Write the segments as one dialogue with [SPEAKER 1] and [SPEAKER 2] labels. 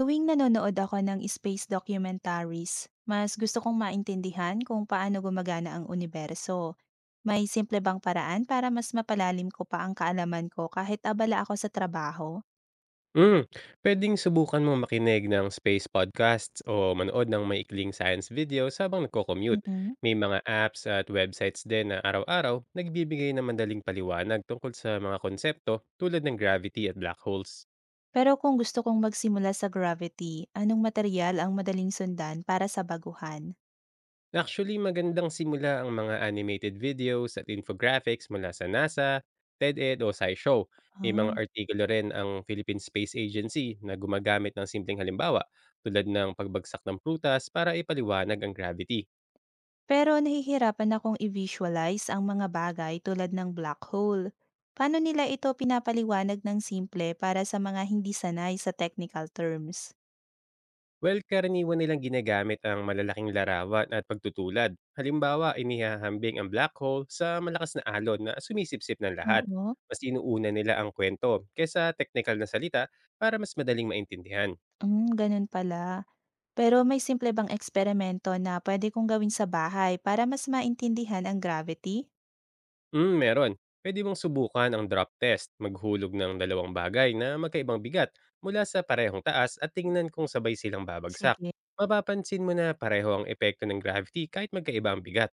[SPEAKER 1] Tuwing nanonood ako ng space documentaries, mas gusto kong maintindihan kung paano gumagana ang universo. May simple bang paraan para mas mapalalim ko pa ang kaalaman ko kahit abala ako sa trabaho?
[SPEAKER 2] Hmm, puwedeng subukan mo makinig ng space podcasts o manood ng maikling science videos habang nagko-commute.
[SPEAKER 1] Mhm.
[SPEAKER 2] May mga apps at websites din na araw-araw nagbibigay ng madaling paliwanag tungkol sa mga konsepto tulad ng gravity at black holes.
[SPEAKER 1] Pero kung gusto kong magsimula sa gravity, anong material ang madaling sundan para sa baguhan?
[SPEAKER 2] Actually, magandang simula ang mga animated videos at infographics mula sa NASA, TED-Ed o SciShow. May mga
[SPEAKER 1] Ah.
[SPEAKER 2] artikulo rin ang Philippine Space Agency na gumagamit ng simpleng halimbawa tulad ng pagbagsak ng prutas para ipaliwanag ang gravity.
[SPEAKER 1] Pero nahihirapan akong i-visualize ang mga bagay tulad ng black hole. Paano nila ito pinapaliwanag ng simple para sa mga hindi sanay sa technical terms?
[SPEAKER 2] Well, karaniwan nilang ginagamit ang malalaking larawan at pagtutulad. Halimbawa, inihahambing ang black hole sa malakas na alon na sumisipsip ng lahat.
[SPEAKER 1] Oo.
[SPEAKER 2] Mas inuuna nila ang kwento kaysa technical na salita para mas madaling maintindihan.
[SPEAKER 1] Hmm, ganun pala. Pero may simple bang eksperimento na pwede kong gawin sa bahay para mas maintindihan ang gravity?
[SPEAKER 2] Hmm, meron. Pwede mong subukan ang drop test, maghulog ng dalawang bagay na magkaibang bigat mula sa parehong taas at tingnan kung sabay silang babagsak.
[SPEAKER 1] Sige.
[SPEAKER 2] Mapapansin mo na pareho ang epekto ng gravity kahit magkaiba ang bigat.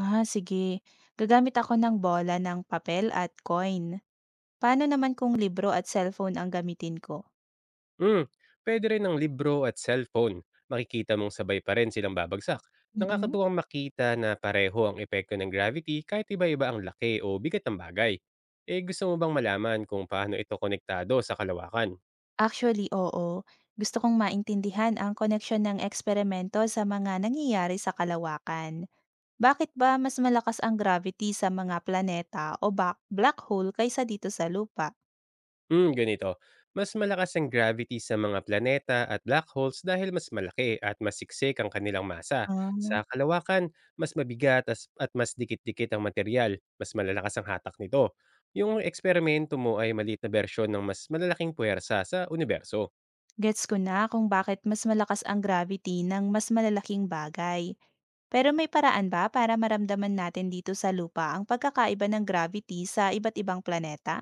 [SPEAKER 1] Ah, sige. Gagamit ako ng bola ng papel at coin. Paano naman kung libro at cellphone ang gamitin ko?
[SPEAKER 2] Hmm, puwede rin ang libro at cellphone. Makikita mong sabay pa rin silang babagsak.
[SPEAKER 1] Mm.
[SPEAKER 2] Nakakatuwang makita na pareho ang epekto ng gravity kahit iba-iba ang laki o bigat ng bagay. Eh, gusto mo bang malaman kung paano ito konektado sa kalawakan?
[SPEAKER 1] Actually, oo. Gusto kong maintindihan ang koneksyon ng eksperimento sa mga nangyayari sa kalawakan. Bakit ba mas malakas ang gravity sa mga planeta o black hole kaysa dito sa lupa?
[SPEAKER 2] Ganito. Mas malakas ang gravity sa mga planeta at black holes dahil mas malaki at mas siksik ang kanilang masa.
[SPEAKER 1] Ah.
[SPEAKER 2] Sa kalawakan, mas mabigat at mas dikit-dikit ang material. Mas malalakas ang hatak nito. Yung eksperimento mo ay maliit na bersyon ng mas malalaking puwersa sa universo.
[SPEAKER 1] Gets ko na kung bakit mas malakas ang gravity ng mas malalaking bagay. Pero may paraan ba para maramdaman natin dito sa lupa ang pagkakaiba ng gravity sa iba't ibang planeta?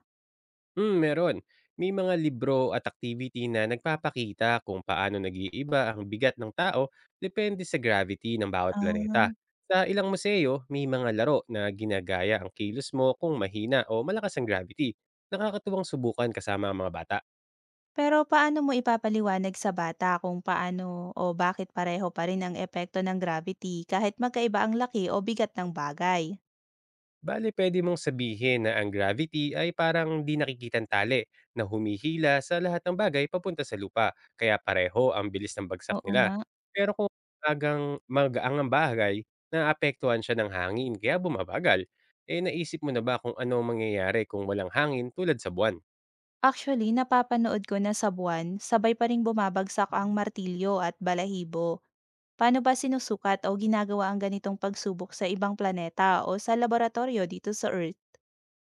[SPEAKER 2] Hmm, meron. May mga libro at activity na nagpapakita kung paano nag-iiba ang bigat ng tao depende sa gravity ng bawat
[SPEAKER 1] Ah,
[SPEAKER 2] planeta. Sa ilang museo, may mga laro na ginagaya ang kilos mo kung mahina o malakas ang gravity. Nakakatuwang subukan kasama ang mga bata.
[SPEAKER 1] pero paano mo ipapaliwanag sa bata kung paano o bakit pareho pa rin ang epekto ng gravity kahit magkaiba ang laki o bigat ng bagay?
[SPEAKER 2] Bale, pwede mong sabihin na ang gravity ay parang di nakikitang tali na humihila sa lahat ng bagay papunta sa lupa, kaya pareho ang bilis ng bagsak
[SPEAKER 1] Oo
[SPEAKER 2] nila.
[SPEAKER 1] nga.
[SPEAKER 2] Pero kung agang magaang ang bagay, naapektuhan siya ng hangin kaya bumabagal. Eh, naisip mo na ba kung ano ang mangyayari kung walang hangin tulad sa buwan?
[SPEAKER 1] Actually, napapanood ko na sa buwan, sabay pa rin bumabagsak ang martilyo at balahibo. Paano ba sinusukat o ginagawa ang ganitong pagsubok sa ibang planeta o sa laboratorio dito sa Earth?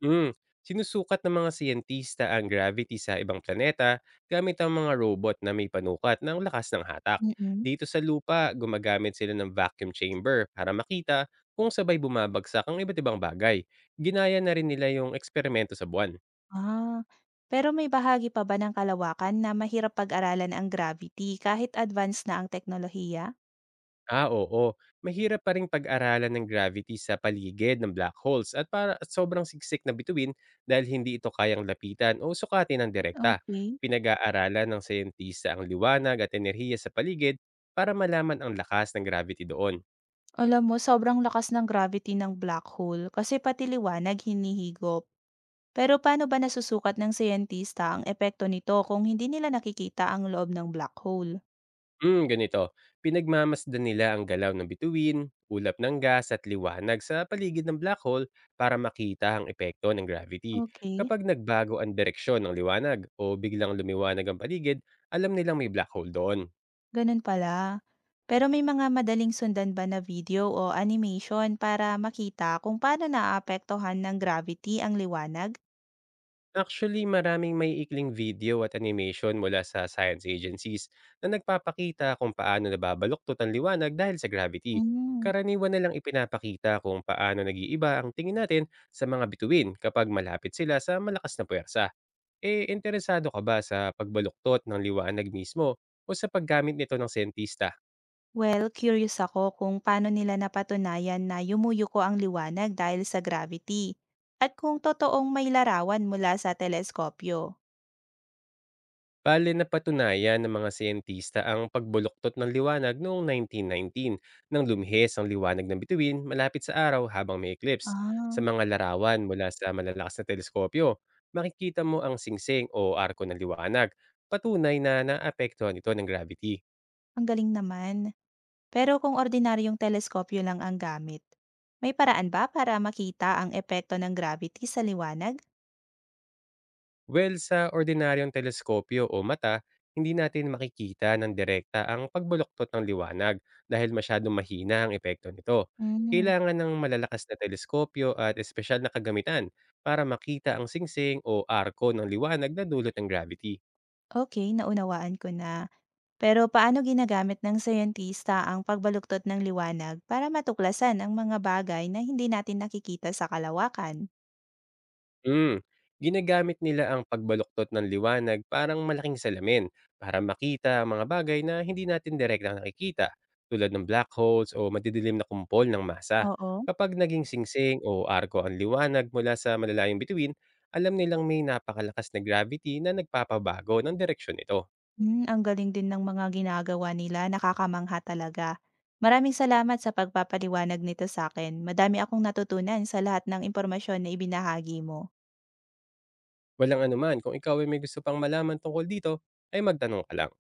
[SPEAKER 2] Hmm, sinusukat ng mga siyentista ang gravity sa ibang planeta gamit ang mga robot na may panukat ng lakas ng hatak.
[SPEAKER 1] Mm.
[SPEAKER 2] Dito sa lupa, gumagamit sila ng vacuum chamber para makita kung sabay bumabagsak ang iba't ibang bagay. Ginaya na rin nila yung eksperimento sa buwan.
[SPEAKER 1] Ah, pero may bahagi pa ba ng kalawakan na mahirap pag-aralan ang gravity kahit advanced na ang teknolohiya?
[SPEAKER 2] Ah, oo. Mahirap pa ring pag-aralan ng gravity sa paligid ng black holes at para at sobrang siksik na bituin dahil hindi ito kayang lapitan o sukatin ng direkta.
[SPEAKER 1] Okay.
[SPEAKER 2] Pinag-aaralan ng siyentista ang liwanag at enerhiya sa paligid para malaman ang lakas ng gravity doon.
[SPEAKER 1] Alam mo, sobrang lakas ng gravity ng black hole kasi pati liwanag hinihigop. Pero paano ba nasusukat ng siyentista ang epekto nito kung hindi nila nakikita ang loob ng black hole?
[SPEAKER 2] Ganito. Pinagmamasdan nila ang galaw ng bituin, ulap ng gas at liwanag sa paligid ng black hole para makita ang epekto ng gravity.
[SPEAKER 1] Okay.
[SPEAKER 2] Kapag nagbago ang direksyon ng liwanag o biglang lumiwanag ang paligid, alam nilang may black hole doon.
[SPEAKER 1] Ganun pala. Pero may mga madaling sundan ba na video o animation para makita kung paano naaapektuhan ng gravity ang liwanag?
[SPEAKER 2] Actually, maraming may ikling video at animation mula sa science agencies na nagpapakita kung paano nababaluktot ang liwanag dahil sa gravity.
[SPEAKER 1] Mm.
[SPEAKER 2] Karaniwan na lang ipinapakita kung paano nag-iiba ang tingin natin sa mga bituin kapag malapit sila sa malakas na puwersa. Eh, interesado ka ba sa pagbaluktot ng liwanag mismo o sa paggamit nito ng sentista?
[SPEAKER 1] Well, curious ako kung paano nila napatunayan na yumuyuko ang liwanag dahil sa gravity at kung totoong may larawan mula sa teleskopyo.
[SPEAKER 2] Bale, napatunayan ng mga siyentista ang pagbuluktot ng liwanag noong 1919 nang lumihis ang liwanag ng bituin malapit sa araw habang may eclipse. Sa
[SPEAKER 1] Ah,
[SPEAKER 2] mga larawan mula sa malalakas na teleskopyo, makikita mo ang singsing o arko ng liwanag, patunay na naapektuhan ito ng gravity.
[SPEAKER 1] ang galing naman. Pero kung ordinaryong teleskopyo lang ang gamit, may paraan ba para makita ang epekto ng gravity sa liwanag?
[SPEAKER 2] Well, sa ordinaryong teleskopyo o mata, hindi natin makikita ng direkta ang pagbuloktot ng liwanag dahil masyadong mahina ang epekto nito.
[SPEAKER 1] Mm.
[SPEAKER 2] Kailangan ng malalakas na teleskopyo at espesyal na kagamitan para makita ang singsing o arko ng liwanag na dulot ng gravity.
[SPEAKER 1] Okay, naunawaan ko na. Pero paano ginagamit ng siyentista ang pagbaluktot ng liwanag para matuklasan ang mga bagay na hindi natin nakikita sa kalawakan?
[SPEAKER 2] Hmm, ginagamit nila ang pagbaluktot ng liwanag parang malaking salamin para makita ang mga bagay na hindi natin direktang nakikita tulad ng black holes o madidilim na kumpol ng masa.
[SPEAKER 1] Oo.
[SPEAKER 2] Kapag naging singsing o arko ang liwanag mula sa malalayong bituin, alam nilang may napakalakas na gravity na nagpapabago ng direksyon nito.
[SPEAKER 1] Hmm, ang galing din ng mga ginagawa nila, nakakamangha talaga. Maraming salamat sa pagpapaliwanag nito sa akin. Madami akong natutunan sa lahat ng impormasyon na ibinahagi mo.
[SPEAKER 2] Walang anuman, kung ikaw ay may gusto pang malaman tungkol dito, ay magtanong ka lang.